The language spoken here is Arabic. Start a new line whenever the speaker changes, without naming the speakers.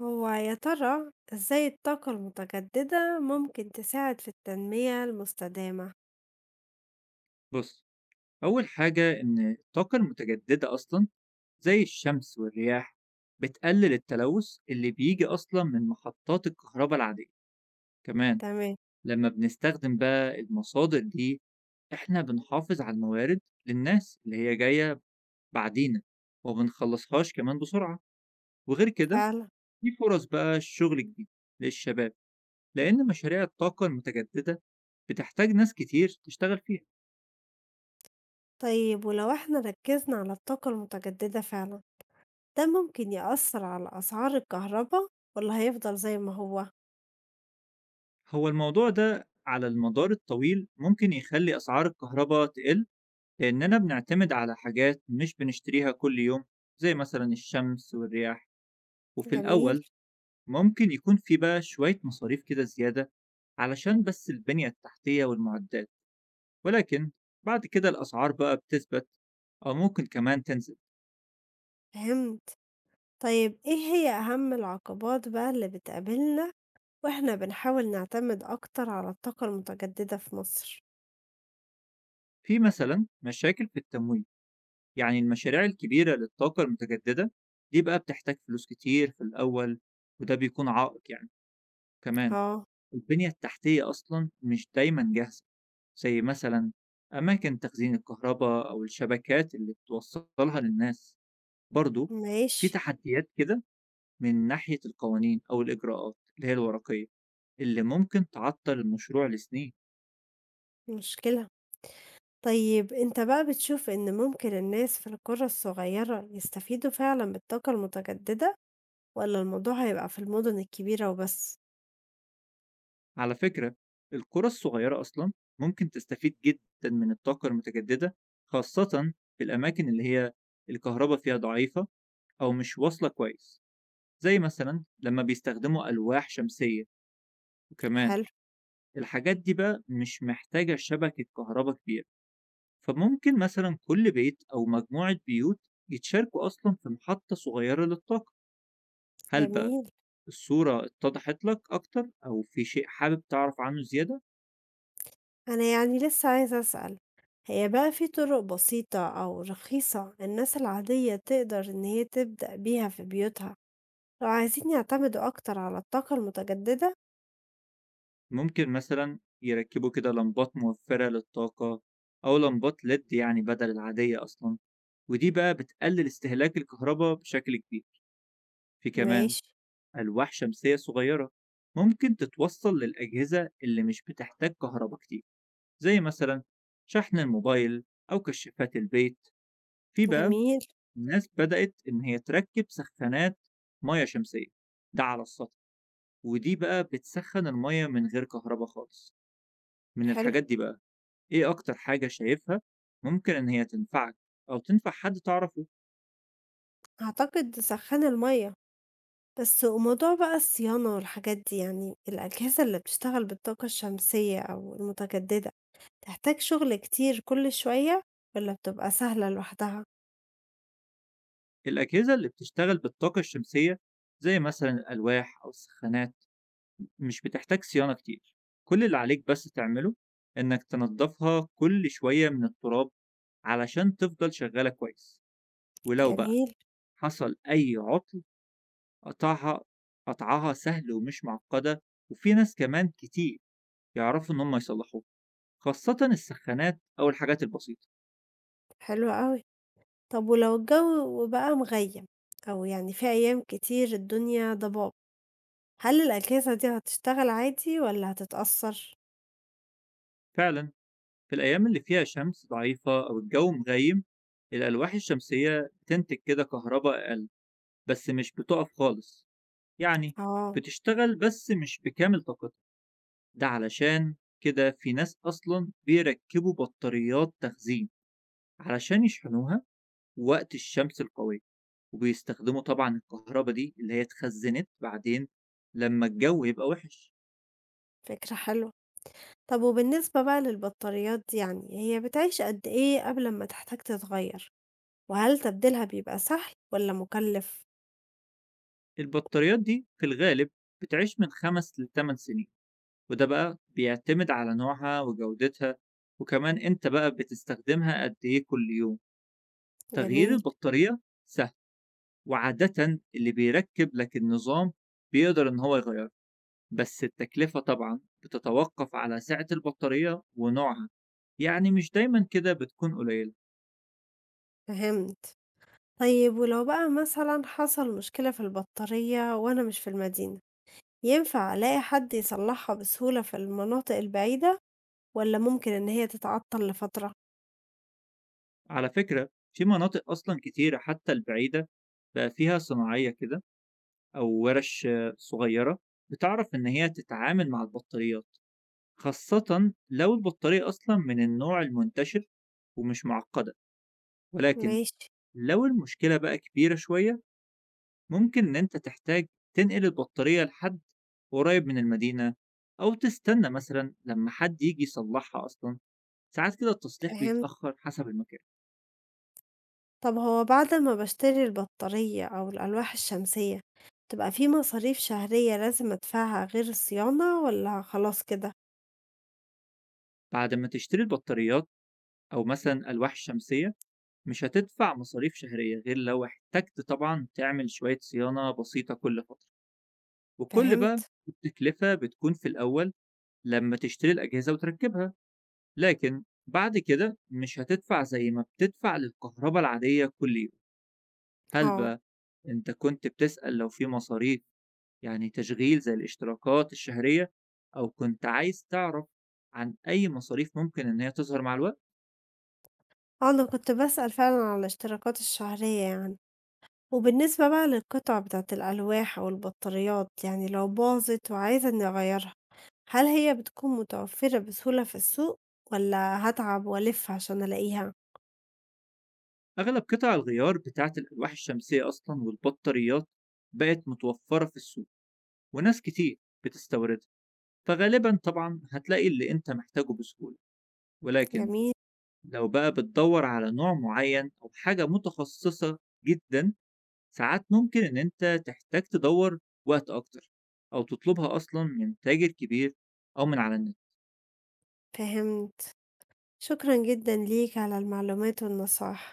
هو يا ترى إزاي الطاقة المتجددة ممكن تساعد في التنمية المستدامة؟
بص، أول حاجة إن الطاقة المتجددة أصلا زي الشمس والرياح بتقلل التلوث اللي بيجي أصلا من محطات الكهرباء العادية. كمان
تمام.
لما بنستخدم بقى المصادر دي، إحنا بنحافظ على الموارد للناس اللي هي جاية بعدينا، وبنخلصهاش كمان بسرعة. وغير كده
فعلا.
في فرص بقى شغل جديد للشباب، لأن مشاريع الطاقة المتجددة بتحتاج ناس كتير تشتغل فيها.
طيب ولو احنا ركزنا على الطاقة المتجددة فعلا، ده ممكن يأثر على أسعار الكهرباء ولا هيفضل زي ما هو؟
هو الموضوع ده على المدار الطويل ممكن يخلي أسعار الكهرباء تقل، لأننا بنعتمد على حاجات مش بنشتريها كل يوم، زي مثلا الشمس والرياح. وفي
جميل.
الأول ممكن يكون في بقى شوية مصاريف كده زيادة، علشان بس البنية التحتية والمعدات، ولكن بعد كده الأسعار بقى بتثبت، أو ممكن كمان تنزل.
فهمت. طيب ايه هي أهم العقبات بقى اللي بتقابلنا واحنا بنحاول نعتمد أكتر على الطاقة المتجددة في مصر؟
في مثلا مشاكل في التمويل، يعني المشاريع الكبيرة للطاقة المتجددة دي بقى بتحتاج فلوس كتير في الأول، وده بيكون عائق يعني. كمان
اه.
البنية التحتية أصلا مش دايما جاهزة، زي مثلا أماكن تخزين الكهرباء أو الشبكات اللي بتوصلها للناس. برضو في
ماشي.
تحديات كده من ناحية القوانين أو الإجراءات اللي هي الورقية، اللي ممكن تعطل المشروع لسنين.
مشكلة. طيب أنت بقى بتشوف إن ممكن الناس في القرى الصغيرة يستفيدوا فعلا من الطاقة المتجددة ولا الموضوع هيبقى في المدن الكبيرة وبس؟
على فكرة، القرى الصغيرة أصلا ممكن تستفيد جدا من الطاقة المتجددة، خاصة في الأماكن اللي هي الكهرباء فيها ضعيفة أو مش واصلة كويس، زي مثلا لما بيستخدموا ألواح شمسية. وكمان
حلو.
الحاجات دي بقى مش محتاجة شبكة كهرباء كبيرة، فممكن مثلا كل بيت أو مجموعة بيوت يتشاركوا أصلا في محطة صغيرة للطاقة. هل بقى
جميل.
الصورة اتضحت لك أكتر، أو في شيء حابب تعرف عنه زيادة؟
أنا يعني لسه عايزة أسأل، هي بقى في طرق بسيطة أو رخيصة الناس العادية تقدر إن هي تبدأ بيها في بيوتها لو عايزين يعتمدوا أكتر على الطاقة المتجددة؟
ممكن مثلا يركبوا كده لمبات موفرة للطاقة، أو لمبات ليد يعني بدل العادية أصلا. ودي بقى بتقلل استهلاك الكهرباء بشكل كبير. في كمان
ماشي.
ألواح شمسية صغيرة ممكن تتوصل للأجهزة اللي مش بتحتاج كهرباء كتير، زي مثلا شحن الموبايل أو كشافات البيت. في بقى
جميل.
ناس بدأت إن هي تركب سخانات مياه شمسية، ده على السطح، ودي بقى بتسخن المياه من غير كهرباء خالص. من
حلو.
الحاجات دي بقى إيه أكتر حاجة شايفها ممكن إن هي تنفعك أو تنفع حد تعرفه؟
أعتقد سخان المية بس، وموضوع بقى الصيانة والحاجات دي، يعني الأجهزة اللي بتشتغل بالطاقة الشمسية أو المتجددة، تحتاج شغل كتير كل شوية والّا بتبقى سهلة لوحدها؟
الأجهزة اللي بتشتغل بالطاقة الشمسية، زي مثلا الألواح أو السخانات، مش بتحتاج صيانة كتير. كل اللي عليك بس تعمله، إنك تنضفها كل شوية من التراب علشان تفضل شغالة كويس. ولو بقى
جميل.
حصل أي عطل، قطعها قطعها سهل ومش معقدة. وفي ناس كمان كتير يعرفوا إن هم يصلحوها، خاصة السخانات أو الحاجات البسيطة.
حلو أوي. طب ولو الجو بقى مغيم أو يعني في أيام كتير الدنيا ضباب، هل الأجهزة دي هتشتغل عادي والّا هتتأثر؟
فعلا، في الأيام اللي فيها شمس ضعيفة أو الجو مغيم، الألواح الشمسية بتنتج كده كهرباء أقل، بس مش بتقف خالص يعني.
آه.
بتشتغل بس مش بكامل طاقتها. ده علشان كده في ناس أصلا بيركبوا بطاريات تخزين علشان يشحنوها وقت الشمس القوية، وبيستخدموا طبعا الكهرباء دي اللي هي اتخزنت بعدين لما الجو يبقى وحش.
فكرة حلوة. طب وبالنسبة بقى للبطاريات دي يعني، هي بتعيش قد إيه قبل أمّا تحتاج تتغير؟ وهل تبديلها بيبقى سهل والّا مُكلّف؟
البطاريات دي في الغالب بتعيش من 5 لـ 8 سنين، وده بقى بيعتمد على نوعها وجودتها، وكمان انت بقى بتستخدمها قد ايه كل يوم. تغيير
جميل.
البطارية سهل، وعادةً اللي بيركّب لك النظام بيقدر إن هو يغيّره، بس التكلفة طبعًا بتتوقّف على سعة البطارية ونوعها، يعني مش دايمًا كده بتكون قليلة.
فهمت. طيب ولو بقى مثلًا حصل مشكلة في البطارية وأنا مش في المدينة، ينفع ألاقي حد يصلّحها بسهولة في المناطق البعيدة والّا ممكن إن هي تتعطّل لفترة؟
على فكرة، في مناطق أصلًا كتيرة حتى البعيدة، بقى فيها صناعية كده أو ورش صغيّرة بتعرف إن هي تتعامل مع البطاريات، خاصةً لو البطارية أصلًا من النوع المنتشر ومش معقّدة. ولكن
ماشي.
لو المشكلة بقى كبيرة شوية، ممكن إن أنت تحتاج تنقل البطارية لحد قريب من المدينة، أو تستنى مثلا لما حد يجي يصلحها أصلا. ساعات كده التصليح
فهمت.
بيتأخر حسب المكان.
طب هو بعد ما باشتري البطارية أو الألواح الشمسية، بتبقى في مصاريف شهرية لازم أدفعها غير الصيانة والّا خلاص كده؟
بعد ما تشتري البطاريات أو مثلا ألواح شمسية، مش هتدفع مصاريف شهرية، غير لو احتجت طبعا تعمل شوية صيانة بسيطة كل فترة. وكل بقى
فهمت.
التكلفة بتكون في الأول لما تشتري الأجهزة وتركبها، لكن بعد كده مش هتدفع زي ما بتدفع للكهرباء العادية كل. هل
آه.
بقى أنت كنت بتسأل لو في مصاريف، يعني تشغيل زي الاشتراكات الشهرية، أو كنت عايز تعرف عن أي مصاريف ممكن إن هي تظهر مع الوقت؟
آه، أنا كنت باسأل فعلًا على الاشتراكات الشهرية يعني. وبالنسبة بقى للقطع بتاعة الألواح أو البطاريات، يعني لو باظت وعايزة إني أغيّرها، هل هي بتكون متوفّرة بسهولة في السوق والّا هاتعب وألِف عشان ألاقيها؟
أغلب قطع الغيار بتاعة الألواح الشمسية أصلًا والبطاريات بقت متوفرة في السوق، وناس كتير بتستوردها، فغالبًا طبعًا هتلاقي اللي أنت محتاجه بسهولة. ولكن
جميل.
لو بقى بتدوّر على نوع معين أو حاجة متخصصة جدًا، ساعات ممكن إن أنت تحتاج تدوّر وقت أكتر، أو تطلبها أصلًا من تاجر كبير أو من على النت.
فهمت. شكرًا جدًا ليك على المعلومات والنصايح.